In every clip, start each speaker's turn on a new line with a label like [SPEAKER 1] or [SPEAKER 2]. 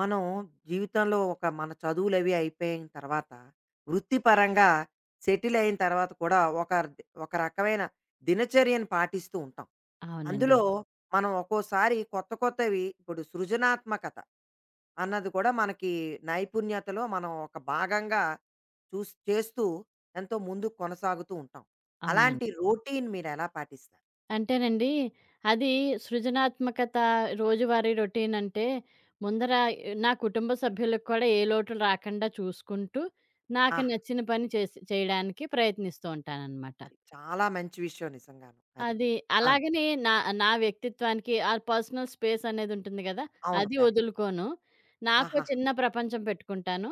[SPEAKER 1] మనం జీవితంలో ఒక మన చదువులవి అయిపోయిన తర్వాత, వృత్తిపరంగా సెటిల్ అయిన తర్వాత కూడా ఒక రకమైన దినచర్యను పాటిస్తూ ఉంటాం.
[SPEAKER 2] అవునండి.
[SPEAKER 1] అందులో మనం ఒక్కోసారి కొత్త కొత్తవి ఇప్పుడు సృజనాత్మకత అన్నది కూడా మనకి నైపుణ్యతలో మనం ఒక భాగంగా చేస్తూ ఎంతో ముందుకు కొనసాగుతూ ఉంటాం.
[SPEAKER 2] అవునండి.
[SPEAKER 1] అలాంటి రొటీన్ మీరెలా పాటిస్తారు?
[SPEAKER 2] అంటేనండి, అది సృజనాత్మకత. రోజువారీ రొటీన్ అంటే ముందర నా కుటుంబ సభ్యులకు కూడా ఏ లోటు రాకుండా చూసుకుంటూ, నాకు
[SPEAKER 1] ఆహా!
[SPEAKER 2] నచ్చిన పని చేయడానికి ప్రయత్నిస్తూ ఉంటాననమాట.
[SPEAKER 1] అది చాలా మంచి విషయం నిజంగాను. అది.
[SPEAKER 2] అది
[SPEAKER 1] ఆ!
[SPEAKER 2] అలాగని నా నా వ్యక్తిత్వానికి ఆ పర్సనల్ స్పేస్ అనేది ఉంటుంది గదా!
[SPEAKER 1] అవును.
[SPEAKER 2] అది
[SPEAKER 1] కరెక్ట్.
[SPEAKER 2] వదులుకోను. నాకో
[SPEAKER 1] ఆహాహా!
[SPEAKER 2] చిన్న ప్రపంచం పెట్టుకుంటాను.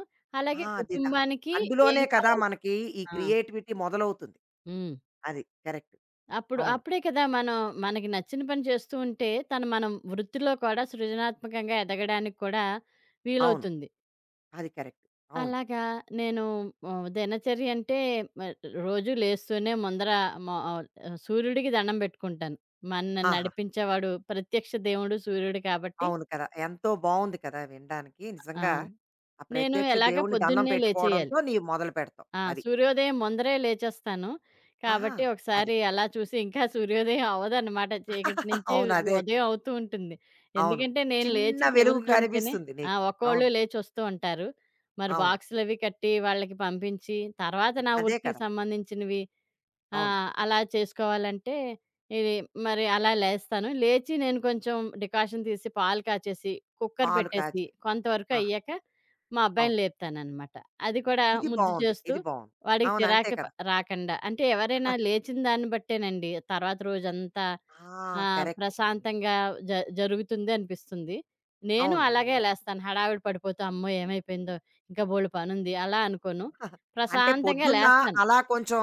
[SPEAKER 1] ఆ!
[SPEAKER 2] అలాగే
[SPEAKER 1] అది దా
[SPEAKER 2] కుటుంబానికి ఏం
[SPEAKER 1] అందులోనే కదా
[SPEAKER 2] కావాలి.
[SPEAKER 1] మనకి ఈ
[SPEAKER 2] ఆ!
[SPEAKER 1] క్రియేటివిటీ మొదలవుతుంది.
[SPEAKER 2] హ్మ్.
[SPEAKER 1] అది కరెక్ట్.
[SPEAKER 2] అప్పుడు
[SPEAKER 1] అవును.
[SPEAKER 2] అప్పుడే కదా మనం మనకి నచ్చిన పని చేస్తూ ఉంటే, తను మనం వృత్తిలో కూడా సృజనాత్మకంగా ఎదగడానికి కూడా
[SPEAKER 1] అవును.
[SPEAKER 2] వీలవుతుంది.
[SPEAKER 1] అది కరెక్ట్. అవును.
[SPEAKER 2] అలాగా నేను దినచర్య అంటే మ రోజు లేస్తూనే ముందర మ ఆహ్, సూర్యుడికి దండం పెట్టుకుంటాను. మనని
[SPEAKER 1] ఆహా!
[SPEAKER 2] నడిపించేవాడు ప్రత్యక్ష దేవుడు సూర్యుడు కాబట్టి.
[SPEAKER 1] అవును కదా! ఎంతో బావుంది కదా వినడానికి.
[SPEAKER 2] ఆ!
[SPEAKER 1] నిజంగా ఆ
[SPEAKER 2] నేను
[SPEAKER 1] ప్రత్యక్ష
[SPEAKER 2] ఎలాగా
[SPEAKER 1] దేవుడిని దండం
[SPEAKER 2] పొద్దున్నే లేచేయాలి.
[SPEAKER 1] పెట్టుకోవడంతో నీవు మొదలు పెడతావు.
[SPEAKER 2] ఆ!
[SPEAKER 1] అది.
[SPEAKER 2] సూర్యోదయం ముందరే లేచేస్తాను.
[SPEAKER 1] ఆహా!
[SPEAKER 2] కాబట్టి
[SPEAKER 1] అది.
[SPEAKER 2] ఒకసారి అలా చూసి ఇంకా సూర్యోదయం అవ్వదనమాట. చీకటి నుంచి
[SPEAKER 1] అవును. అదే క
[SPEAKER 2] ఉదయం అవుతూ ఉంటుంది.
[SPEAKER 1] అవును.
[SPEAKER 2] ఎందుకంటే నేను
[SPEAKER 1] చిన్న
[SPEAKER 2] లేచి
[SPEAKER 1] వెలుగు
[SPEAKER 2] తెగులుతుంటేనే,
[SPEAKER 1] కనిపిస్తుంది
[SPEAKER 2] ఆ,
[SPEAKER 1] నీకు.
[SPEAKER 2] ఒక్కోళ్ళు
[SPEAKER 1] అవును.
[SPEAKER 2] లేచొస్తూ ఉంటారు. మరి
[SPEAKER 1] అవును.
[SPEAKER 2] బాక్సులవి కట్టి వాళ్ళకి పంపించి, తర్వాత నా
[SPEAKER 1] అదే
[SPEAKER 2] వృత్తికి
[SPEAKER 1] కదా!
[SPEAKER 2] సంబంధించినవి. ఆ!
[SPEAKER 1] అవును.
[SPEAKER 2] అలా చేసుకోవాలంటే, ఇది మరి అలా లేస్తాను. లేచి నేను కొంచెం డికాషన్ తీసి పాలు కాచేసి, కుక్కర్
[SPEAKER 1] పాలు
[SPEAKER 2] పెట్టేసి,
[SPEAKER 1] కాచి
[SPEAKER 2] కొంతవరకు
[SPEAKER 1] ఆహా!
[SPEAKER 2] అయ్యాక మా అబ్బాయిని
[SPEAKER 1] అవును.
[SPEAKER 2] లేపుతాననమాట. అది కూడా
[SPEAKER 1] ఇది
[SPEAKER 2] ముద్దు
[SPEAKER 1] బావుంది.
[SPEAKER 2] చేస్తూ,
[SPEAKER 1] ఇది బావుంది.
[SPEAKER 2] వాడికి
[SPEAKER 1] అవును. అంతే
[SPEAKER 2] చిరాకు
[SPEAKER 1] కదా!
[SPEAKER 2] రాకండా. అంటే ఎవరైనా లేచిన దాన్ని బట్టేనండి తర్వాత రోజంతా
[SPEAKER 1] ఆ! కరెక్ట్.
[SPEAKER 2] ప్రశాంతంగా జ జరుగుతుంది అనిపిస్తుంది. నేను
[SPEAKER 1] అవును.
[SPEAKER 2] అలాగే లేస్తాను. హడావిడి పడిపోతూ అమ్మో! ఏమైపోయిందో, ఇంకా బోలెడు పనుంది అలా అనుకోను.
[SPEAKER 1] అంటే
[SPEAKER 2] ప్రశాంతంగా
[SPEAKER 1] పొద్దున్న
[SPEAKER 2] లేస్తాను.
[SPEAKER 1] అలా కొంచెం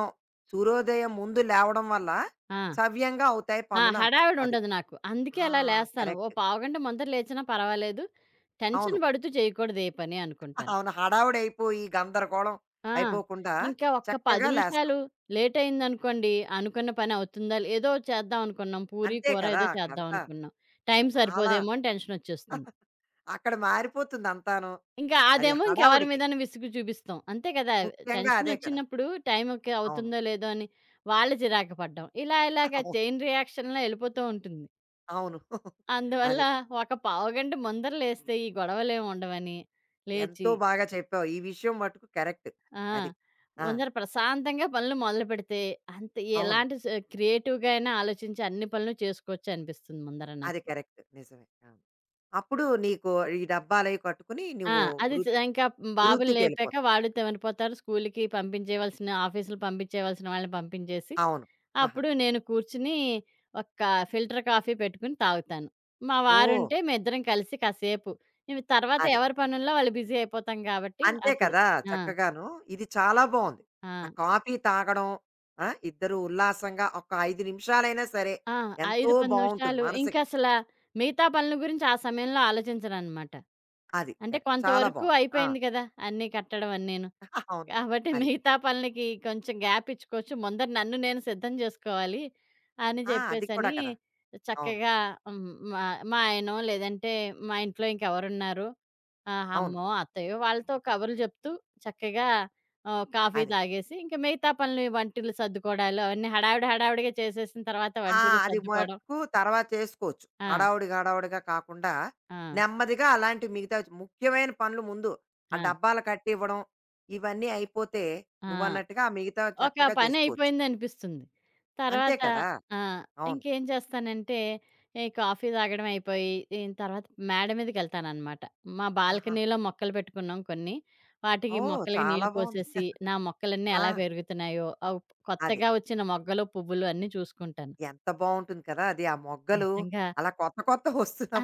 [SPEAKER 1] సూర్యోదయం ముందు లేవడం వల్ల
[SPEAKER 2] ఆ!
[SPEAKER 1] సవ్యంగా అవుతాయి
[SPEAKER 2] ఆ!
[SPEAKER 1] పనులు అంటాం. అది.
[SPEAKER 2] హడావిడుండదు నాకు. అందుకే
[SPEAKER 1] ఆ!
[SPEAKER 2] అలా లేస్తాను. ఓ
[SPEAKER 1] కరెక్ట్.
[SPEAKER 2] పావుగంట ముందర లేచినా పర్వాలేదు.
[SPEAKER 1] అవును.
[SPEAKER 2] టెన్షన్ పడుతూ చేయకూడదు ఏ పని అనుకుంటాను.
[SPEAKER 1] అవును. హడావుడైపోయి గందరగోళం
[SPEAKER 2] ఆ!
[SPEAKER 1] అయిపోకుండా
[SPEAKER 2] ఇంకా ఒక్క 10
[SPEAKER 1] చక్కగా లేస్తాం.
[SPEAKER 2] నిమిషాలు లేటయిందనుకోండి, అనుకున్న పని అవుతుందా? లే ఏదో చేద్దాం అనుకున్నాం. పూరి,
[SPEAKER 1] అంతే
[SPEAKER 2] కూర
[SPEAKER 1] కదా!
[SPEAKER 2] ఏదో చేద్దాం
[SPEAKER 1] అక్కడంతా
[SPEAKER 2] అనుకున్నాం. టైం
[SPEAKER 1] చాలా
[SPEAKER 2] సరిపోదేమో అని టెన్షనొచ్చేస్తుంది.
[SPEAKER 1] అక్కడ మారిపోతుందంతాను.
[SPEAKER 2] ఇంకా
[SPEAKER 1] అది
[SPEAKER 2] అదేమో ఇంకెవరి
[SPEAKER 1] హడావుడికి.
[SPEAKER 2] మీదైనా విసుగు చూపిస్తాం. అంతే కదా!
[SPEAKER 1] ముఖ్యంగా అదే కదా!
[SPEAKER 2] టెన్షనొచ్చినప్పుడు టైంకి
[SPEAKER 1] అవును.
[SPEAKER 2] అవుతుందో లేదో అని వాళ్ళు చిరాకు పడ్డం. ఇలా
[SPEAKER 1] అవును.
[SPEAKER 2] చైన్ రియాక్షన్‌లా ఎళ్ళిపోతూ ఉంటుంది.
[SPEAKER 1] అవును.
[SPEAKER 2] అందువల్ల
[SPEAKER 1] అది.
[SPEAKER 2] ఒక పావుగంట ముందర లేస్తే ఈ గొడవలేమి ఉండవని లేచి.
[SPEAKER 1] ఎంతో బాగా చెప్పావు. ఈ విషయం మటుకు కరెక్ట్.
[SPEAKER 2] ఆ!
[SPEAKER 1] అది. ఆ!
[SPEAKER 2] ముందర ప్రశాంతంగా పనులు మొదలుపెడితే, అంత
[SPEAKER 1] అవును.
[SPEAKER 2] ఎలాంటి స క్రియేటివ్‌గా అయినా ఆలోచించి అన్ని పనులు చేసుకోవచ్చు అనిపిస్తుంది ముందర
[SPEAKER 1] అది
[SPEAKER 2] నాకు.
[SPEAKER 1] కరెక్ట్. నిజమే. అవును. అప్పుడు నీకు ఈ డబ్బాలవి కట్టుకుని
[SPEAKER 2] ఆ!
[SPEAKER 1] నువ్వు
[SPEAKER 2] అది
[SPEAKER 1] వృ
[SPEAKER 2] చ ఇంకా బాబుని లేపాక
[SPEAKER 1] వృత్తికెళ్ళిపోతావు.
[SPEAKER 2] వాళ్ళు తెవనిపోతారు. స్కూలుకి పంపించేయవలసిన, ఆఫీసులు పంపించేయవలసిన వాళ్ళని పంపించేసి,
[SPEAKER 1] అవును. ఆహా!
[SPEAKER 2] అప్పుడు నేను కూర్చుని ఒక ఫిల్టర్ కాఫీ పెట్టుకొని తాగుతాను. మా
[SPEAKER 1] ఓహ్!
[SPEAKER 2] వారుంటే మేమిద్దరం కలిసి కాసేపు. ఇవి తర్వాత
[SPEAKER 1] అదే.
[SPEAKER 2] ఎవరి పనుల్లో వాళ్ళు బిజీ అయిపోతాం కాబట్టి
[SPEAKER 1] అంతే
[SPEAKER 2] అప్పుడు.
[SPEAKER 1] కదా!
[SPEAKER 2] ఆ!
[SPEAKER 1] చక్కగాను. ఇది చాలా బావుంది. ఆ
[SPEAKER 2] ఆ!
[SPEAKER 1] కాఫీ తాగడం ఆ! ఇద్దరు ఉల్లాసంగా ఒక 5 నిమిషాలైనా సరే
[SPEAKER 2] ఆ!
[SPEAKER 1] ఎంతో
[SPEAKER 2] 5, 10
[SPEAKER 1] బావుంటుంది
[SPEAKER 2] నిమిషాలు
[SPEAKER 1] మనసుకి.
[SPEAKER 2] మిగతా పనుల గురించి ఆ సమయంలో ఆలోచించననమాట.
[SPEAKER 1] అది
[SPEAKER 2] అంటే
[SPEAKER 1] కరెక్ట్. చాలా
[SPEAKER 2] కొంతవరకు
[SPEAKER 1] బావుంది. ఆ!
[SPEAKER 2] అయిపోయింది కదా! అన్నీ కట్టడం అన్నీను.
[SPEAKER 1] అవును.
[SPEAKER 2] కాబట్టి
[SPEAKER 1] అది.
[SPEAKER 2] మిగతా పనులకి కొంచెం గ్యాప్ ఇచ్చుకోవచ్చు. ముందర నన్ను నేను సిద్ధం జేసుకోవాలి అని
[SPEAKER 1] ఆ! అది కూడా
[SPEAKER 2] జెప్పేసని
[SPEAKER 1] కదా! అవును.
[SPEAKER 2] చక్కగా. హ్మ్. మా మా ఆయనో లేదంటే మా ఇంట్లో ఇంకెవరున్నారు,
[SPEAKER 1] అవును.
[SPEAKER 2] అమ్మో, అత్తయ్యో వాళ్ళతో కబుర్లు జెప్తూ చక్కగా, కాఫీ
[SPEAKER 1] అదే.
[SPEAKER 2] తాగేసి ఇంక మిగతా పనులు, ఈ వంటలు సర్దుకోవడాలు అవన్నీ హడావిడి హడావిడిగా చేసేసిన తర్వాత
[SPEAKER 1] ఆ!
[SPEAKER 2] వంటలు
[SPEAKER 1] అది
[SPEAKER 2] సర్దుకోవడం.
[SPEAKER 1] మటుకు తర్వాత చేసుకోవచ్చు.
[SPEAKER 2] ఆ!
[SPEAKER 1] హడావుడిగా, హడావుడిగా కాకుండా
[SPEAKER 2] ఆ!
[SPEAKER 1] నెమ్మదిగా అలాంటి మిగతా ముఖ్యమైన పనులు ముందు ఆ
[SPEAKER 2] ఆ!
[SPEAKER 1] డబ్బాలు కట్టివ్వడం, ఇవన్నీ అయిపోతే
[SPEAKER 2] ఆ!
[SPEAKER 1] నువ్వన్నట్టుగా ఆ మిగతావి
[SPEAKER 2] ఒక
[SPEAKER 1] చక్కగా చేసుకోవచ్చు.
[SPEAKER 2] పనయిపోయిందనిపిస్తుంది.
[SPEAKER 1] అంతే
[SPEAKER 2] తర్వాత.
[SPEAKER 1] కదా!
[SPEAKER 2] ఆ!
[SPEAKER 1] అవును.
[SPEAKER 2] ఇంకేం చేస్తానంటే, ఈ కాఫీ తాగడం అయిపోయి, దీని తర్వాత మేడ మీదకెళ్తాననమాట. మా
[SPEAKER 1] ఆహాహా!
[SPEAKER 2] బాల్కనీలో మొక్కలు పెట్టుకున్నాం కొన్ని. వాటికి,
[SPEAKER 1] ఓహ్!
[SPEAKER 2] మొక్కలకి
[SPEAKER 1] చాలా
[SPEAKER 2] నీళ్లు
[SPEAKER 1] బావుంది.
[SPEAKER 2] పోసేసి, నా మొక్కలన్నీ
[SPEAKER 1] ఆ!
[SPEAKER 2] ఎలా పెరుగుతున్నాయో,
[SPEAKER 1] అది.
[SPEAKER 2] కొత్తగా వచ్చిన మొగ్గలు, పువ్వులు అన్నీ చూసుకుంటాను.
[SPEAKER 1] ఎంత బావుంటుంది కదా! అది ఆ మొగ్గలు
[SPEAKER 2] నిజంగా.
[SPEAKER 1] అలా కొత్త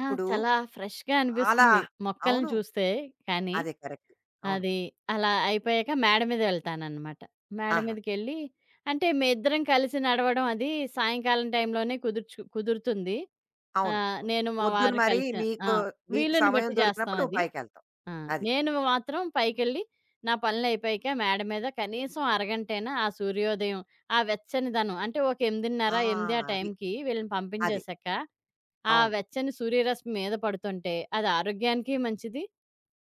[SPEAKER 2] ఆ! చాలా ఫ్రెష్‌గా
[SPEAKER 1] చాలా
[SPEAKER 2] అనిపిస్తుంది మొక్కల్ని
[SPEAKER 1] అవును.
[SPEAKER 2] చూస్తే కానీ.
[SPEAKER 1] అదే కరెక్ట్. అవును.
[SPEAKER 2] అది. అలా అయిపోయాక మేడ మీద వెళ్తాననమాట. మేడ
[SPEAKER 1] ఆహా!
[SPEAKER 2] మీదకెళ్ళి అంటే మేమిద్దరం కలిసి నడవడం అది సాయంకాలం టైంలోనే కుదురుతుంది.
[SPEAKER 1] అవును.
[SPEAKER 2] నేను మా
[SPEAKER 1] పొద్దున
[SPEAKER 2] వారు
[SPEAKER 1] మరి
[SPEAKER 2] కలిసి. ఆ!
[SPEAKER 1] మీకు నీకు
[SPEAKER 2] వీలుని
[SPEAKER 1] సమయం
[SPEAKER 2] బట్టి చేస్తాం
[SPEAKER 1] దొరికినప్పుడు నువ్వు
[SPEAKER 2] అది.
[SPEAKER 1] పైకెళ్తావు.
[SPEAKER 2] ఆ!
[SPEAKER 1] అది.
[SPEAKER 2] నేను మాత్రం పైకెళ్ళి నా పనులయిపోయాక మేడ మీద కనీసం అరగంటైనా ఆ సూర్యోదయం, ఆ వెచ్చనిదనం అంటే ఒక 8:30,
[SPEAKER 1] ఆ!
[SPEAKER 2] 8 ఆ
[SPEAKER 1] అది.
[SPEAKER 2] టైంకి వీళ్ళని
[SPEAKER 1] అది.
[SPEAKER 2] పంపించేశాక, ఆ
[SPEAKER 1] అవును.
[SPEAKER 2] వెచ్చని సూర్యరశ్మి మీద పడుతుంటే అది ఆరోగ్యానికి మంచిది.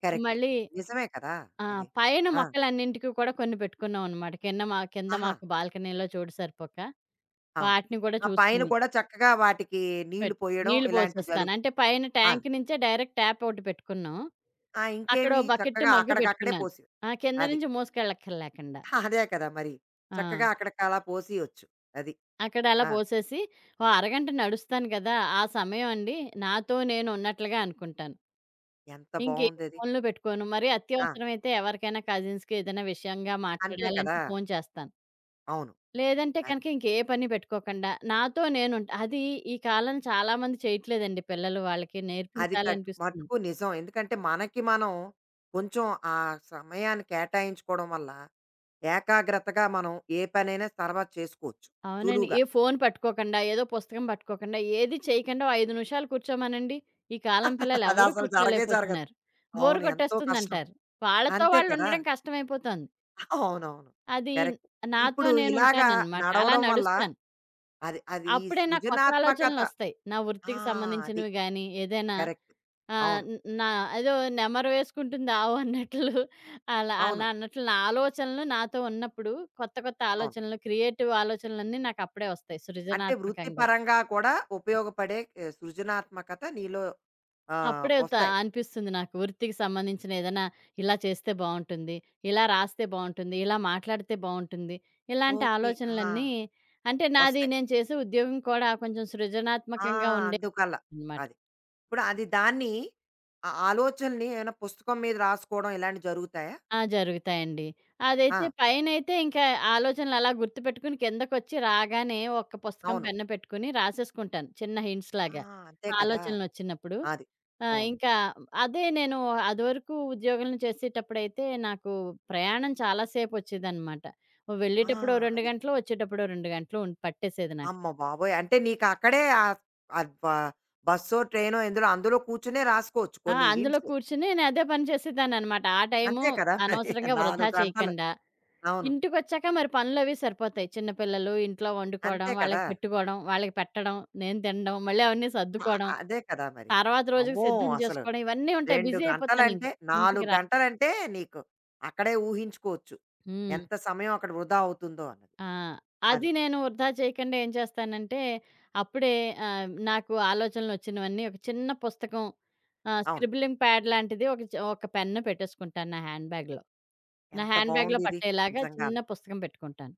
[SPEAKER 1] కరెక్ట్.
[SPEAKER 2] మళ్ళీ.
[SPEAKER 1] నిజమే కదా!
[SPEAKER 2] ఆ!
[SPEAKER 1] అది.
[SPEAKER 2] పైన
[SPEAKER 1] ఆ!
[SPEAKER 2] మొక్కలన్నింటికి కూడా కొన్ని పెట్టుకున్నామనమాట. కింద
[SPEAKER 1] ఆహా!
[SPEAKER 2] మాకు బాల్కనీలో చోటు సరిపోక,
[SPEAKER 1] అవును.
[SPEAKER 2] వాటిని కూడా
[SPEAKER 1] ఆ పైన
[SPEAKER 2] చూసుకుని
[SPEAKER 1] కూడా చక్కగా వాటికి నీళ్లు
[SPEAKER 2] పెట్
[SPEAKER 1] పోయడం
[SPEAKER 2] నీళ్లు
[SPEAKER 1] ఇలాంటివి
[SPEAKER 2] పోసేస్తాను. అంటే పైన
[SPEAKER 1] ఆ!
[SPEAKER 2] ట్యాంక్ నుంచే డైరెక్ట్ ట్యాప్ ఒకటి పెట్టుకున్నాం.
[SPEAKER 1] ఆ!
[SPEAKER 2] అక్కడ
[SPEAKER 1] ఇంకేమి
[SPEAKER 2] ఓ బకెట్టు,
[SPEAKER 1] చక్కగా
[SPEAKER 2] మగ్గు
[SPEAKER 1] అక్కడికక్కడే
[SPEAKER 2] పెట్టుకున్నాను.
[SPEAKER 1] పోసేవి.
[SPEAKER 2] ఆ! కింద
[SPEAKER 1] అది.
[SPEAKER 2] నుంచి మోసుకెళ్ళక్కర్లేకుండా.
[SPEAKER 1] అదే కదా! మరి.
[SPEAKER 2] ఆ!
[SPEAKER 1] చక్కగా అక్కడికలా పోసియొచ్చు. అది.
[SPEAKER 2] అక్కడ అలా
[SPEAKER 1] ఆ!
[SPEAKER 2] పోసేసి ఓ అరగంట నడుస్తాను కదా! ఆ సమయం అండి నాతో నేను ఉన్నట్లుగా అనుకుంటాను.
[SPEAKER 1] ఎంత
[SPEAKER 2] ఇంకే
[SPEAKER 1] బావుందది.
[SPEAKER 2] ఫోన్లు పెట్టుకోను. మరీ
[SPEAKER 1] ఆ!
[SPEAKER 2] అత్యవసరమైతే ఎవరికైనా కజిన్స్‌కి ఏదైనా విషయంగా
[SPEAKER 1] అంతే
[SPEAKER 2] మాట్లాడాలంటే
[SPEAKER 1] కదా!
[SPEAKER 2] ఫోను చేస్తాను.
[SPEAKER 1] అవును.
[SPEAKER 2] లేదంటే కనుక ఇంకే పని పెట్టుకోకుండా, నాతో నేనుంటా. అది. ఈ కాలం చాలామంది చేయట్లేదండి పిల్లలు. వాళ్ళకి
[SPEAKER 1] అది కట్
[SPEAKER 2] నేర్పించాలనిపిస్తుంది.
[SPEAKER 1] మట్టుకు నిజం. ఎందుకంటే మనకి మనం కొంచెం ఆ సమయాన్ని కేటాయించుకోవడం వల్ల ఏకాగ్రతగా మనం ఏ పనైనా తర్వాత చేసుకోవచ్చు
[SPEAKER 2] అవునండి.
[SPEAKER 1] సులువుగా.
[SPEAKER 2] ఏ ఫోను పట్టుకోకుండా, ఏదో పుస్తకం పట్టుకోకుండా, ఏది చేయకుండా ఓ 5 నిమిషాలు కూర్చోమనండి. ఈ కాలం పిల్లలెవరూ
[SPEAKER 1] అదసలు జరగే జరగదు.
[SPEAKER 2] కూర్చోలేకపోతున్నారు. బోర్
[SPEAKER 1] అవును. ఎంతో కష్టం.
[SPEAKER 2] కొట్టేస్తుందంటారు. వాళ్ళతో
[SPEAKER 1] అంతే కదా!
[SPEAKER 2] వాళ్ళుండడం కష్టమైపోతోంది.
[SPEAKER 1] అవునవును.
[SPEAKER 2] అది.
[SPEAKER 1] కరెక్ట్.
[SPEAKER 2] నాతో
[SPEAKER 1] ఇప్పుడు ఇలాగా
[SPEAKER 2] నేనుంటాననమాట. అలా
[SPEAKER 1] నడవడం వల్ల
[SPEAKER 2] నడుస్తాను.
[SPEAKER 1] అది అది ఈ
[SPEAKER 2] అప్పుడే నాకు కొత్త
[SPEAKER 1] సృజనాత్మకత
[SPEAKER 2] ఆలోచనలొస్తాయి. నా
[SPEAKER 1] ఆ!
[SPEAKER 2] వృత్తికి
[SPEAKER 1] అది.
[SPEAKER 2] సంబంధించినవి గానీ, ఏదైనా
[SPEAKER 1] కరెక్ట్.
[SPEAKER 2] ఆహ్,
[SPEAKER 1] అవును.
[SPEAKER 2] న్ నా ఏదో నెమరు వేసుకుంటుంది ఆవు అన్నట్లు, అలా
[SPEAKER 1] అవును.
[SPEAKER 2] అలా అన్నట్లు నా ఆలోచనలు నాతో ఉన్నప్పుడు కొత్త కొత్త
[SPEAKER 1] అవును.
[SPEAKER 2] ఆలోచనలు, క్రియేటివ్ ఆలోచనలన్నీ నాకప్పుడే వస్తాయి
[SPEAKER 1] అంటే
[SPEAKER 2] సృజనాత్మకంగా.
[SPEAKER 1] వృత్తిపరంగా కూడా ఉపయోగపడే సృజనాత్మకత నీలో
[SPEAKER 2] అప్పుడే త
[SPEAKER 1] వస్తాయి.
[SPEAKER 2] అనిపిస్తుంది నాకు వృత్తికి సంబంధించిన ఏదైనా ఇలా చేస్తే బావుంటుంది, ఇలా రాస్తే బావుంటుంది, ఇలా మాట్లాడితే బావుంటుంది. ఇలాంటి
[SPEAKER 1] ఓకే. ఆ!
[SPEAKER 2] ఆలోచనలన్నీ. అంటే నాది
[SPEAKER 1] వస్తాయి.
[SPEAKER 2] నేను చేసే ఉద్యోగం కూడా కొంచెం
[SPEAKER 1] ఆ!
[SPEAKER 2] సృజనాత్మకంగా
[SPEAKER 1] అందుకల్ల.
[SPEAKER 2] ఉండేదనమాట.
[SPEAKER 1] అది. ఇప్పుడు అది దాన్ని ఆ ఆలోచనని ఏమైనా పుస్తకం మీద రాసుకోవడం ఇలాంటివి జరుగుతాయా?
[SPEAKER 2] ఆ! జరుగుతాయండి.
[SPEAKER 1] ఆ!
[SPEAKER 2] అదైతే పైనైతే ఇంకా ఆలోచనలు అలా గుర్తుపెట్టుకుని కిందకొచ్చి రాగానే ఒక్క పుస్తకం,
[SPEAKER 1] అవును.
[SPEAKER 2] పెన్ను పెట్టుకుని రాసేసుకుంటాను చిన్న
[SPEAKER 1] ఆ!
[SPEAKER 2] హింట్స్‌లాగా
[SPEAKER 1] అంతే కదా!
[SPEAKER 2] ఆలోచనలొచ్చినప్పుడు.
[SPEAKER 1] అది.
[SPEAKER 2] ఆ!
[SPEAKER 1] అవును.
[SPEAKER 2] ఇంకా అదే నేను అదివరకు ఉద్యోగం చేసేటప్పుడైతే నాకు ప్రయాణం చాలా సేపొచ్చేదనమాట.
[SPEAKER 1] ఆ!
[SPEAKER 2] వెళ్ళేటప్పుడు ఓ 2
[SPEAKER 1] అది.
[SPEAKER 2] గంటలు, వచ్చేటప్పుడు ఓ 2 గంటలు పట్టేసేది నాకు.
[SPEAKER 1] అమ్మ బాబోయ్! అంటే నీకక్కడే ఆహ్, బ బస్సో, ట్రైనో ఎందులో అందులో కూర్చునే రాసుకోవచ్చు
[SPEAKER 2] ఆ!
[SPEAKER 1] కొన్ని
[SPEAKER 2] అందులో
[SPEAKER 1] హింట్స్.
[SPEAKER 2] కూర్చొని నేను అదే పని చేసేదాన్ననమాట. ఆ టైము
[SPEAKER 1] అంతే కదా! మరి
[SPEAKER 2] అనవసరంగా వృధా
[SPEAKER 1] 4 గంటలు.
[SPEAKER 2] చేయకండా.
[SPEAKER 1] అవును.
[SPEAKER 2] ఇంటికొచ్చాక మరి పనులవి సరిపోతాయి. చిన్న పిల్లలు, ఇంట్లో వండుకోవడం,
[SPEAKER 1] అంతే కదా!
[SPEAKER 2] వాళ్ళకి పెట్టుకోవడం, వాళ్ళకి పెట్టడం, నేను తినడం, మళ్ళీ అవన్నీ
[SPEAKER 1] ఆ,
[SPEAKER 2] సర్దుకోవడం,
[SPEAKER 1] అదే కదా మరి.
[SPEAKER 2] తర్వాత రోజుకి
[SPEAKER 1] అమ్మో!
[SPEAKER 2] సిద్ధం
[SPEAKER 1] అసలు
[SPEAKER 2] చేసుకోవడం ఇవన్నీ ఉంటాయి.
[SPEAKER 1] 2
[SPEAKER 2] బిజీ అయిపోతానింక
[SPEAKER 1] గంటలంటే
[SPEAKER 2] ఇంటికి
[SPEAKER 1] 4
[SPEAKER 2] రా
[SPEAKER 1] గంటలంటే నీకు అక్కడే ఊహించుకోవచ్చు.
[SPEAKER 2] హ్మ్.
[SPEAKER 1] ఎంత సమయం అక్కడ వృధా అవుతుందో అన్నది.
[SPEAKER 2] ఆ!
[SPEAKER 1] అది.
[SPEAKER 2] అది నేను వృధా చేయకుండా ఏం చేస్తానంటే, అప్పుడే నాకు ఆలోచనలొచ్చినవన్నీ ఒక చిన్న పుస్తకం,
[SPEAKER 1] అవును.
[SPEAKER 2] స్క్రిబ్లింగ్ ప్యాడ్ లాంటిది ఒక పెన్ను పెట్టేసుకుంటాను నా హ్యాండ్ బ్యాగ్‌లో. నా
[SPEAKER 1] ఎంత
[SPEAKER 2] హ్యాండ్ బ్యాగ్‌లో
[SPEAKER 1] బావుందిది
[SPEAKER 2] పట్టేలాగా చిన్న
[SPEAKER 1] నిజంగాను.
[SPEAKER 2] పుస్తకం పెట్టుకుంటాను.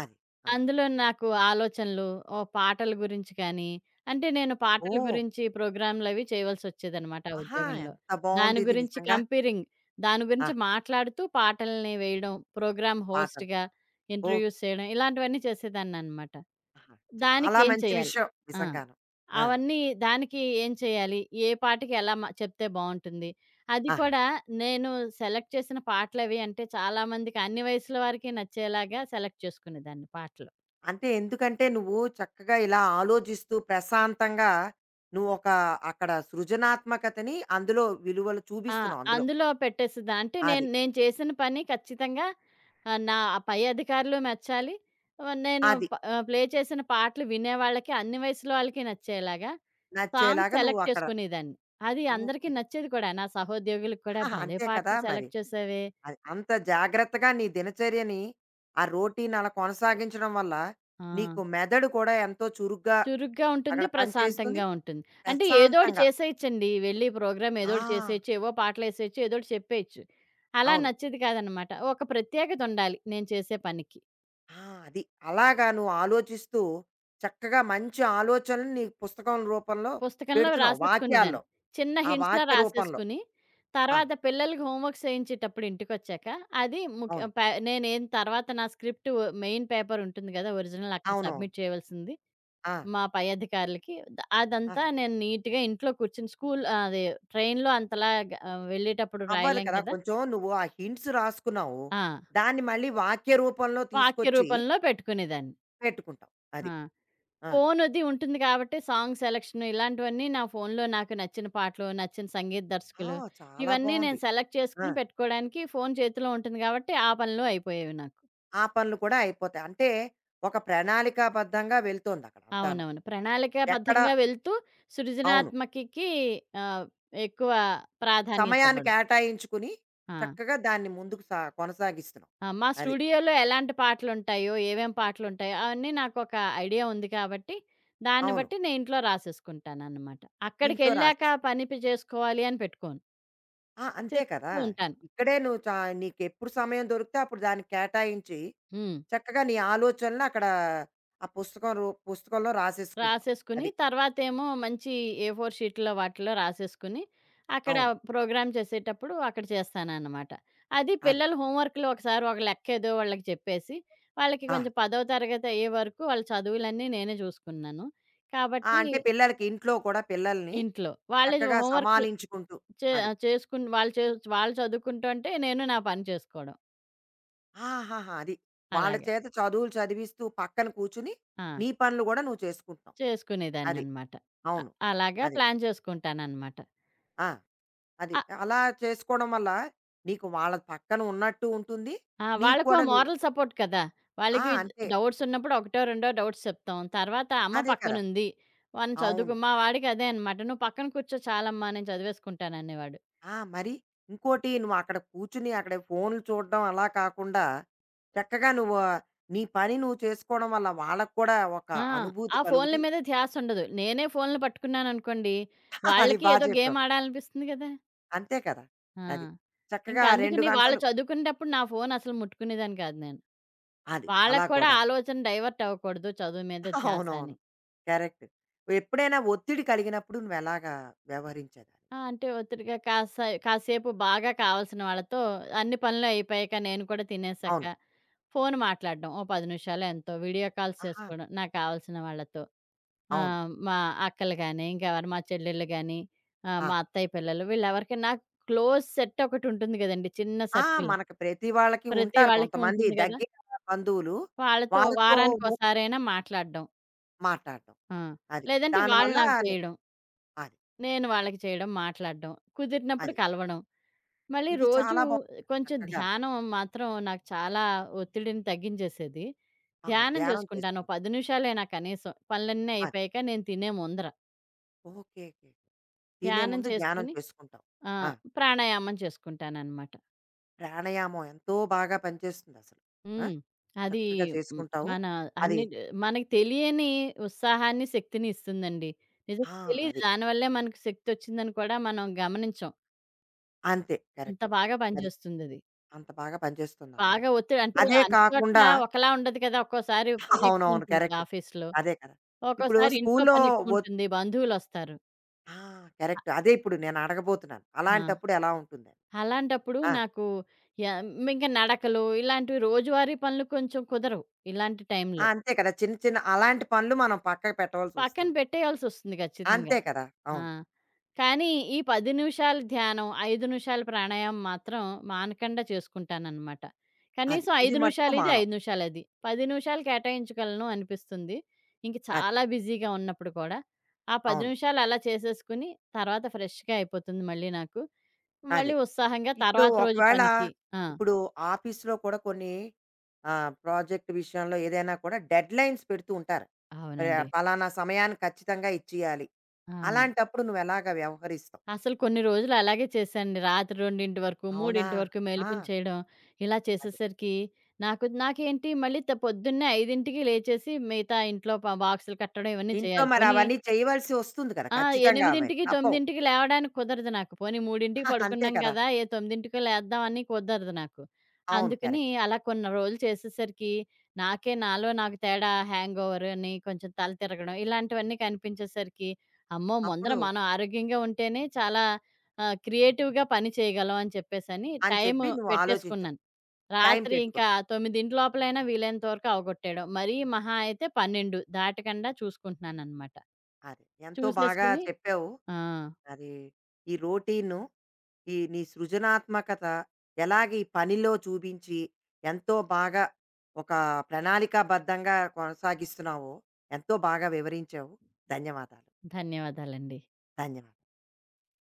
[SPEAKER 1] అది. ఆ!
[SPEAKER 2] అందులో నాకు ఆలోచనలు, ఓహ్! పాటల గురించి కానీ, అంటే నేను పాటల
[SPEAKER 1] ఓహ్!
[SPEAKER 2] గురించి ప్రోగ్రామ్‌లవి చేయవలసొచ్చేదనమాట ఆ
[SPEAKER 1] ఆహా!
[SPEAKER 2] ఉద్యోగంలో.
[SPEAKER 1] ఎంత
[SPEAKER 2] దాని
[SPEAKER 1] బావుందిది
[SPEAKER 2] గురించి
[SPEAKER 1] నిజంగా.
[SPEAKER 2] కంపేరింగ్, దాని
[SPEAKER 1] ఆ!
[SPEAKER 2] గురించి మాట్లాడుతూ పాటల్ని వేయడం, ప్రోగ్రామ్
[SPEAKER 1] పాటలు.
[SPEAKER 2] హోస్ట్‌గా
[SPEAKER 1] ఓకే.
[SPEAKER 2] ఇంటర్వ్యూస్ చేయడం, ఇలాంటివన్నీ చేసేదాన్ననమాట.
[SPEAKER 1] ఆహా! చాలా
[SPEAKER 2] దానికేం
[SPEAKER 1] మంచి
[SPEAKER 2] చేయాలి?
[SPEAKER 1] విషయం
[SPEAKER 2] ఆ!
[SPEAKER 1] నిజంగాను. ఆ!
[SPEAKER 2] అవన్నీ దానికి ఏం చేయాలి? ఏ పాటకి ఎలా చెప్తే బావుంటుంది? అది
[SPEAKER 1] ఆహా!
[SPEAKER 2] కూడా నేను సెలెక్ట్ చేసిన పాటలవి అంటే చాలా మందికి, అన్ని వయసుల వారికి నచ్చేలాగా సెలెక్ట్ చేసుకునేదాన్ని పాటలు.
[SPEAKER 1] అంటే ఎందుకంటే నువ్వు చక్కగా ఇలా ఆలోచిస్తూ ప్రశాంతంగా నువ్వొక అక్కడ సృజనాత్మకతని అందులో విలువలు
[SPEAKER 2] ఆ!
[SPEAKER 1] చూపిస్తున్నావు అందులో.
[SPEAKER 2] అందులో పెట్టేస్తదా? అంటే
[SPEAKER 1] అది.
[SPEAKER 2] నేను నేను చేసిన పని ఖచ్చితంగా నా పై అధికారులు మెచ్చాలి. ఆహ్, నేను
[SPEAKER 1] అది.
[SPEAKER 2] ప ఆహ్, ప్లే చేసిన పాటలు వినేవాళ్ళకి, అన్ని వయసుల వాళ్ళకి నచ్చేలాగా సాంగ్స్
[SPEAKER 1] నచ్చేలాగా నువ్వు
[SPEAKER 2] సెలెక్ట్
[SPEAKER 1] అక్కడ
[SPEAKER 2] చేసుకునేదాన్ని. అది అందరికీ
[SPEAKER 1] ఓకే.
[SPEAKER 2] నచ్చేది కూడా. నా సహోద్యోగులకు కూడా,
[SPEAKER 1] ఆహాహా!
[SPEAKER 2] "భలే
[SPEAKER 1] అంతే కదా!
[SPEAKER 2] పాటలు
[SPEAKER 1] మరి.
[SPEAKER 2] సెలెక్ట్ చేసావే!"
[SPEAKER 1] అది అంత జాగ్రత్తగా నీ దినచర్యని, ఆ రోటీన్ అలా కొనసాగించడం వల్ల,
[SPEAKER 2] ఆ!
[SPEAKER 1] నీకు మెదడు కూడా ఎంతో చురుగ్గా
[SPEAKER 2] చురుగ్గా ఉంటుంది.
[SPEAKER 1] అక్కడ పనిచేస్తుంది.
[SPEAKER 2] ప్రశాంతంగా ఉంటుంది. అంటే ఏదోకటి
[SPEAKER 1] ప్రశాంతంగా
[SPEAKER 2] చేసేయొచ్చండి. వెళ్ళి ప్రోగ్రామ్
[SPEAKER 1] ఆ!
[SPEAKER 2] ఏదోకటి చేసేయొచ్చు. ఏవో పాటలేసేయొచ్చు. ఏదోకటి చెప్పేయొచ్చు. అలా
[SPEAKER 1] అవును.
[SPEAKER 2] నచ్చేది కాదనమాట. ఒక ప్రత్యేకత ఉండాలి నేను చేసే పనికి.
[SPEAKER 1] ఆ! అది. అలాగా నువ్వు ఆలోచిస్తూ, చక్కగా మంచి ఆలోచనలు నీ పుస్తకం రూపంలో
[SPEAKER 2] పుస్తకంలో
[SPEAKER 1] పెడుతున్నావు వాక్యాల్లో.
[SPEAKER 2] రాసేసుకునేదాన్ని. చిన్న
[SPEAKER 1] ఆ
[SPEAKER 2] హింట్స్‌లా
[SPEAKER 1] వాక్య రూపంలో.
[SPEAKER 2] రాసేసుకుని,
[SPEAKER 1] ఆహా!
[SPEAKER 2] తర్వాత పిల్లలకి హోంవర్క్స్ చేయించేటప్పుడు ఇంటికొచ్చాక, అది ముఖ్య
[SPEAKER 1] అవును.
[SPEAKER 2] ప నేనేం తర్వాత నా స్క్రిప్ట్, మెయిన్ పేపర్ ఉంటుంది గదా! ఒరిజినల్ అక్కడ
[SPEAKER 1] అవునవును.
[SPEAKER 2] సబ్మిట్ చేయవలసింది
[SPEAKER 1] ఆ!
[SPEAKER 2] మా పై అధికారులకి. అదంతా
[SPEAKER 1] ఆహా!
[SPEAKER 2] నేను నీట్‌గా ఇంట్లో కూర్చొని స్కూల్ అదే ట్రైన్‌లో వెళ్ళేటప్పుడు
[SPEAKER 1] అవ్వదు
[SPEAKER 2] రాయలేం
[SPEAKER 1] కదా!
[SPEAKER 2] కదా!
[SPEAKER 1] కొంచెం నువ్వు ఆ హింట్స్ రాసుకున్నావు.
[SPEAKER 2] ఆ!
[SPEAKER 1] దాన్ని మళ్ళీ వాక్య రూపంలో
[SPEAKER 2] వాక్య
[SPEAKER 1] తీసుకొచ్చి
[SPEAKER 2] రూపంలో పెట్టుకునేదాన్ని.
[SPEAKER 1] పెట్టుకుంటావు. అది.
[SPEAKER 2] ఆ!
[SPEAKER 1] ఆ!
[SPEAKER 2] ఫోనది ఉంటుంది కాబట్టి సాంగ్ సెలక్షన్ ఇలాంటివన్నీ నా ఫోన్‌లో నాకు నచ్చిన పాటలు, నచ్చిన సంగీత
[SPEAKER 1] ఆ!
[SPEAKER 2] దర్శకులు
[SPEAKER 1] చాలా
[SPEAKER 2] ఇవన్నీ
[SPEAKER 1] బావుంది.
[SPEAKER 2] నేను సెలెక్ట్
[SPEAKER 1] ఆ!
[SPEAKER 2] చేసుకొని పెట్టుకోవడానికి ఫోను చేతిలో ఉంటుంది కాబట్టి ఆ పనులు అయిపోయేవి నాకు.
[SPEAKER 1] ఆ పనులు కూడా అయిపోతాయి. అంటే ఒక ప్రణాళికాబద్ధంగా వెళ్తోందక్కడ అంతాను.
[SPEAKER 2] అవునవును.
[SPEAKER 1] ఎక్కడ
[SPEAKER 2] ప్రణాళికాబద్ధంగా వెళ్తూ
[SPEAKER 1] అవును.
[SPEAKER 2] సృజనాత్మకకి ఆహ్, ఎక్కువ ప్రాధాన్యత
[SPEAKER 1] సమయాన్ని
[SPEAKER 2] ఇవ్వడం.
[SPEAKER 1] కేటాయించుకుని
[SPEAKER 2] ఆ!
[SPEAKER 1] చక్కగా దాన్ని ముందుకు కొనసాగిస్తున్నావు.
[SPEAKER 2] ఆ! మా
[SPEAKER 1] అది.
[SPEAKER 2] స్టూడియోలో ఎలాంటి పాటలుంటాయో, ఏమేం పాటలుంటాయో అవన్నీ నాకొక ఐడియా ఉంది కాబట్టి దాన్ని
[SPEAKER 1] అవును.
[SPEAKER 2] బట్టి నేను ఇంట్లో రాసేసుకుంటాననమాట.
[SPEAKER 1] ఇంట్లో
[SPEAKER 2] అక్కడికెళ్ళాక
[SPEAKER 1] రాసేస్తావు.
[SPEAKER 2] పని పి చేసుకోవాలి అని పెట్టుకోను.
[SPEAKER 1] ఆ! అంతే కదా!
[SPEAKER 2] సిద్ధంగా ఉంటాను.
[SPEAKER 1] ఇక్కడే నువ్వు నీకెప్పుడు సమయం దొరికితే అప్పుడు దానికి కేటాయించి
[SPEAKER 2] హ్మ్.
[SPEAKER 1] చక్కగా నీ ఆలోచనలు అక్కడ ఆ పుస్తకంలో రాసేసుకుంటాం.
[SPEAKER 2] రాసేసుకుని
[SPEAKER 1] అది.
[SPEAKER 2] తర్వాతేమో మంచి ఏ ఫోర్ షీట్‌లో వాటిలో రాసేసుకుని, అక్కడ
[SPEAKER 1] అవును.
[SPEAKER 2] ప్రోగ్రామ్ చేసేటప్పుడు అక్కడ చేస్తాననమాట. అది
[SPEAKER 1] అది.
[SPEAKER 2] పిల్లల హోంవర్క్‌లు ఒకసారి ఒక లెక్కేదో వాళ్ళకి చెప్పేసి, వాళ్ళకి
[SPEAKER 1] ఆ!
[SPEAKER 2] కొంచెం 10వ తరగతి అయ్యే వరకు వాళ్ళ చదువులన్నీ నేనే చూసుకున్నాను.
[SPEAKER 1] ఆ!
[SPEAKER 2] కాబట్టి
[SPEAKER 1] అంటే పిల్లలకి ఇంట్లో కూడా పిల్లల్ని
[SPEAKER 2] ఇంట్లో, వాళ్ళే
[SPEAKER 1] చక్కగా
[SPEAKER 2] హోంవర్క్‌లు
[SPEAKER 1] సమాలించుకుంటూ
[SPEAKER 2] చే
[SPEAKER 1] అది.
[SPEAKER 2] చేసుకుని వాళ్ళు చదువుకుంటుంటే నేను నా పని చేసుకోవడం.
[SPEAKER 1] ఆహాహా! అది. వాళ్ళ
[SPEAKER 2] అలాగా.
[SPEAKER 1] చేత చదువులు చదివిస్తూ పక్కన కూర్చుని,
[SPEAKER 2] ఆ!
[SPEAKER 1] నీ పనులు గూడా నువ్వు చేసుకుంటున్నావు. అది.
[SPEAKER 2] చేసుకునేదాన్ననమాట. అ
[SPEAKER 1] అవును.
[SPEAKER 2] అలాగా
[SPEAKER 1] అది.
[SPEAKER 2] ప్లాన్ చేసుకుంటాననమాట.
[SPEAKER 1] ఆ! అది. అలా చేసుకోవడం వల్ల నీకు వాళ్ళ పక్కన ఉన్నట్టు ఉంటుంది.
[SPEAKER 2] ఆ!
[SPEAKER 1] నీకు
[SPEAKER 2] వాళ్ళకో
[SPEAKER 1] కూడా నువ్వు
[SPEAKER 2] మోరల్ సపోర్ట్ కదా!
[SPEAKER 1] ఆ!
[SPEAKER 2] వాళ్ళకి
[SPEAKER 1] అంతే.
[SPEAKER 2] డౌట్స్ ఉన్నప్పుడు ఒకటో, రెండో డౌట్స్ చెప్తాం. తర్వాత అమ్మ
[SPEAKER 1] అదే కదా!
[SPEAKER 2] పక్కనుంది. వాడిని
[SPEAKER 1] అవును.
[SPEAKER 2] చదువుకో, మా వాడికి అదే అనమాట. "నువ్వు పక్కన కూర్చో చాలమ్మా, నేను చదివేసుకుంటాననేవాడు."
[SPEAKER 1] ఆ! మరి ఇంకోటి నువ్వక్కడ కూర్చొని అక్కడ ఫోన్‌లు చూడడం అలా కాకుండా, చక్కగా నువ్వు నీ పని నువ్వు చేసుకోవడం వల్ల వాళ్ళకి కూడా ఒక
[SPEAKER 2] ఆ!
[SPEAKER 1] అనుభూతి
[SPEAKER 2] ఆ ఫోన్ల
[SPEAKER 1] కలుగుద్ది.
[SPEAKER 2] మీద ధ్యాస ఉండదు. నేనే ఫోన్లు పట్టుకున్నాననుకోండి,
[SPEAKER 1] అది
[SPEAKER 2] వాళ్ళకి
[SPEAKER 1] బా
[SPEAKER 2] ఏదో గేమ్
[SPEAKER 1] చెప్పావు.
[SPEAKER 2] ఆడాలనిపిస్తుంది కదా!
[SPEAKER 1] అంతే కదా!
[SPEAKER 2] ఆ!
[SPEAKER 1] అది. చక్కగా
[SPEAKER 2] ఇంకా
[SPEAKER 1] 2
[SPEAKER 2] అందుకని వాళ్ళు
[SPEAKER 1] గంటలు
[SPEAKER 2] చదువుకునేటప్పుడు నా ఫోన్ అసలు ముట్టుకునేదాన్ని కాదు నేను.
[SPEAKER 1] అది. అలా
[SPEAKER 2] వాళ్ళకి కూడా
[SPEAKER 1] కూడాను.
[SPEAKER 2] ఆలోచన డైవర్ట్ అవ్వకూడదు చదువు మీద ధ్యాస
[SPEAKER 1] అవునవును.
[SPEAKER 2] అని.
[SPEAKER 1] కరెక్ట్. ఎప్పుడైనా ఒత్తిడి కలిగినప్పుడు నువ్వెలాగా వ్యవహరించేదానివి?
[SPEAKER 2] ఆ! అంటే ఒత్తిడిగా కాసేపు బాగా కావాల్సిన వాళ్ళతో అన్ని పనులు అయిపోయాక నేను కూడా తినేసాక,
[SPEAKER 1] అవును.
[SPEAKER 2] ఫోను మాట్లాడడం ఓ 10 నిమిషాలో ఎంతో, వీడియో కాల్స్
[SPEAKER 1] ఆహా!
[SPEAKER 2] చేసుకోవడం నాకు కావాల్సిన వాళ్ళతో.
[SPEAKER 1] అవును.
[SPEAKER 2] మా అక్కలు గాని, ఇంకెవరు మా చెల్లెళ్ళు గాని, మా
[SPEAKER 1] ఆహా!
[SPEAKER 2] అత్తయ్య పిల్లలు వీళ్ళెవరికి నాకు క్లోజ్ సెట్ ఒకటుంటుంది గదండీ, చిన్న
[SPEAKER 1] ఆ!
[SPEAKER 2] సర్కిల్.
[SPEAKER 1] మనకి ప్రతి వాళ్ళకి
[SPEAKER 2] ప్రతి
[SPEAKER 1] ఉంటారు
[SPEAKER 2] వాళ్ళకి
[SPEAKER 1] కొంతమంది
[SPEAKER 2] ఉంటుంది గదా!
[SPEAKER 1] దగ్గర బంధువులు.
[SPEAKER 2] వాళ్ళతో
[SPEAKER 1] వాళ్ళతో
[SPEAKER 2] వారానికోసారైనా మాట్లాడడం.
[SPEAKER 1] మాట్లాడడం.
[SPEAKER 2] ఆ!
[SPEAKER 1] అది.
[SPEAKER 2] లేదంటే వాళ్ళు
[SPEAKER 1] దానివల్ల
[SPEAKER 2] నాకు
[SPEAKER 1] ను
[SPEAKER 2] చేయడం,
[SPEAKER 1] అది.
[SPEAKER 2] నేను వాళ్ళకి చేయడం, మాట్లాడడం, కుదిరినప్పుడు
[SPEAKER 1] అది.
[SPEAKER 2] కలవడం. మళ్ళీ
[SPEAKER 1] ఇది
[SPEAKER 2] రోజు
[SPEAKER 1] చాలా బావుంది
[SPEAKER 2] కొంచెం
[SPEAKER 1] చక్కగాను.
[SPEAKER 2] ధ్యానం మాత్రం నాకు చాలా ఒత్తిడిని తగ్గించేసేది.
[SPEAKER 1] ఆహా!
[SPEAKER 2] ధ్యానం
[SPEAKER 1] ధ్యానం
[SPEAKER 2] చేసుకుంటాను. ఓ
[SPEAKER 1] చేసుకుంటాం.
[SPEAKER 2] 10 నిమిషాలే నా కనీసం. పనులన్నీ
[SPEAKER 1] అది.
[SPEAKER 2] అయిపోయాక నేను తినే ముందర.
[SPEAKER 1] ఓకే. ఓకే. తినే
[SPEAKER 2] ధ్యానం
[SPEAKER 1] ముందు ధ్యానం
[SPEAKER 2] చేసుకొని
[SPEAKER 1] చేసుకుంటావు. ఆ!
[SPEAKER 2] ఆహ్, ప్రాణాయామం చేసుకుంటాననమాట.
[SPEAKER 1] ప్రాణాయామం ఎంతో బాగా పనిచేస్తుందసలు. ఆ!
[SPEAKER 2] హ్మ్. అది.
[SPEAKER 1] చక్కగా
[SPEAKER 2] హ్మ్.
[SPEAKER 1] చేసుకుంటావు.
[SPEAKER 2] మన
[SPEAKER 1] అది
[SPEAKER 2] అన్ని మనకు తెలియని ఉత్సాహాన్ని, శక్తిని ఇస్తుందండి.
[SPEAKER 1] ఆ!
[SPEAKER 2] నిజంగా తెలీదు
[SPEAKER 1] అది.
[SPEAKER 2] దానివల్లే మనకు శక్తొచ్చిందని కూడా మనం గమనించం.
[SPEAKER 1] అంతే
[SPEAKER 2] అంత
[SPEAKER 1] కరెక్ట్.
[SPEAKER 2] బాగా
[SPEAKER 1] అది.
[SPEAKER 2] పనిచేస్తుందది.
[SPEAKER 1] అంత బాగా పనిచేస్తుందనమాట.
[SPEAKER 2] బాగా ఒత్తిడి. అంటే
[SPEAKER 1] అదే
[SPEAKER 2] అన్ని
[SPEAKER 1] కాకుండా
[SPEAKER 2] చోట్లా ఒకలా ఉండదు కదా! ఒక్కోసారి
[SPEAKER 1] అవునవును.
[SPEAKER 2] పనెక్కువుంటుంది
[SPEAKER 1] కరెక్ట్.
[SPEAKER 2] ఆఫీస్‌లో.
[SPEAKER 1] అదే కదా! ఇప్పుడు
[SPEAKER 2] ఒక్కోసారి ఇంట్లో
[SPEAKER 1] స్కూల్లో ఒత్
[SPEAKER 2] పనెక్కువుంటుంది. బంధువులొస్తారు.
[SPEAKER 1] ఆ! కరెక్ట్. అదే ఇప్పుడు నేను అడగబోతున్నాను.
[SPEAKER 2] ఆ!
[SPEAKER 1] అలాంటప్పుడు ఎలా ఉంటుందని?
[SPEAKER 2] అలాంటప్పుడు
[SPEAKER 1] ఆ!
[SPEAKER 2] నాకు యాహ్! ఇంక నడకలు ఇలాంటివి రోజువారీ పనులు కొంచెం కుదరవు ఇలాంటి
[SPEAKER 1] ఆ!
[SPEAKER 2] టైంలో.
[SPEAKER 1] అంతే కదా! చిన్న చిన్న అలాంటి పనులు మనం పక్కకు
[SPEAKER 2] పక్కన
[SPEAKER 1] పెట్టవలసొస్తుంది.
[SPEAKER 2] పెట్టేయాల్సొస్తుంది ఖచ్చితంగా.
[SPEAKER 1] అంతే కదా!
[SPEAKER 2] ఆ!
[SPEAKER 1] అవును.
[SPEAKER 2] కానీ ఈ 10 నిమిషాలు ధ్యానం, 5 నిమిషాలు ప్రాణాయామం మాత్రం మానకుండా చేసుకుంటాననమాట.
[SPEAKER 1] అది.
[SPEAKER 2] కనీసం
[SPEAKER 1] ఇది
[SPEAKER 2] 5
[SPEAKER 1] మట్టుకు
[SPEAKER 2] నిమిషాలు ఇది,
[SPEAKER 1] మానం.
[SPEAKER 2] 5 నిమిషాలు అది. 10 నిమిషాలు కేటాయించగలను అనిపిస్తుంది. ఇంక
[SPEAKER 1] అది.
[SPEAKER 2] చాలా బిజీగా ఉన్నప్పుడు కూడా. ఆ 10
[SPEAKER 1] అవును.
[SPEAKER 2] నిమిషాలు అలా చేసేసుకుని తర్వాత ఫ్రెష్‌గా అయిపోతుంది మళ్ళీ నాకు.
[SPEAKER 1] అది.
[SPEAKER 2] మళ్ళీ ఉత్సాహంగా
[SPEAKER 1] ఇప్పుడు
[SPEAKER 2] తర్వాత రోజు
[SPEAKER 1] ఒకవేళ
[SPEAKER 2] పనికి. ఆ!
[SPEAKER 1] ఇప్పుడు ఆఫీస్‌లో కూడా కొన్ని ప్రాజెక్ట్ విషయంలో ఏదైనా కూడా డెడ్‌లైన్స్ పెడుతూ ఉంటారు. ప
[SPEAKER 2] అవునండి.
[SPEAKER 1] పలానా సమయాన్ని ఖచ్చితంగా ఇచ్చేయాలి.
[SPEAKER 2] ఆ!
[SPEAKER 1] అలాంటప్పుడు నువ్వెలాగా వ్యవహరిస్తావు?
[SPEAKER 2] అసలు కొన్ని రోజులు అలాగే చేశానండి. రాత్రి 2 వరకు,
[SPEAKER 1] అవునా!
[SPEAKER 2] 3 వరకు
[SPEAKER 1] ఆ!
[SPEAKER 2] మేలుకొని చేయడం. ఇలా
[SPEAKER 1] అదే.
[SPEAKER 2] చేసేసరికి నాకేంటి మళ్ళీ పొద్దున్నే 5కి లేచేసి మిగతా ఇంట్లో బాక్సులు కట్టడం ఇవన్నీ
[SPEAKER 1] ఇంట్లో
[SPEAKER 2] చేయాలి.
[SPEAKER 1] మరి
[SPEAKER 2] పోనీ.
[SPEAKER 1] అవన్నీ చేయవలసి వస్తుంది కదా!
[SPEAKER 2] ఆ!
[SPEAKER 1] ఖచ్చితంగా అవన్నీ.
[SPEAKER 2] 8కి,
[SPEAKER 1] తప్పవు.
[SPEAKER 2] 9కి లేవడానికి కుదరదు నాకు. పోనీ 3కి
[SPEAKER 1] అంతే
[SPEAKER 2] పడుకున్నాం
[SPEAKER 1] కదా!
[SPEAKER 2] కదా! ఏ 9కో లేద్దామని కుదరదు నాకు.
[SPEAKER 1] అవును.
[SPEAKER 2] అందుకని
[SPEAKER 1] కరెక్ట్.
[SPEAKER 2] అలా కొన్ని రోజులు చేసేసరికి నాకే నాలో నాకు తేడా హ్యాంగోవర్ అని, కొంచెం తల తిరగడం ఇలాంటివన్నీ కనిపించేసరికి, అమ్మో! ముందర
[SPEAKER 1] అప్పుడు
[SPEAKER 2] మనం ఆరోగ్యంగా ఉంటేనే చాలా క్రియేటివ్‌గా పని చేయగలం అని చెప్పేసని
[SPEAKER 1] అని
[SPEAKER 2] టైము
[SPEAKER 1] చెప్పి నువ్వు ఆలోచించావు.
[SPEAKER 2] పెట్టేసుకున్నాను.
[SPEAKER 1] టైం
[SPEAKER 2] రాత్రి ఇంకా
[SPEAKER 1] పెట్టుకున్నావు.
[SPEAKER 2] 9 లోపలైనా వీలైనంత వరకు అవగొట్టేయడం. మరీ మహా అయితే 12 దాటకుండా చూసుకుంటున్నాననమాట.
[SPEAKER 1] అది. ఎంతో బాగా
[SPEAKER 2] చూసేసుకొని.
[SPEAKER 1] చెప్పావు.
[SPEAKER 2] ఆ!
[SPEAKER 1] అది ఈ రోటీను, ఈ నీ సృజనాత్మకత ఎలాగ ఈ పనిలో చూపించి, ఎంతో బాగా ఒక ప్రణాళికాబద్ధంగా కొనసాగిస్తున్నావో, ఎంతో బాగా వివరించావు. ధన్యవాదాలు.
[SPEAKER 2] ధన్యవాదాలండి.
[SPEAKER 1] ధన్యవాదాలు.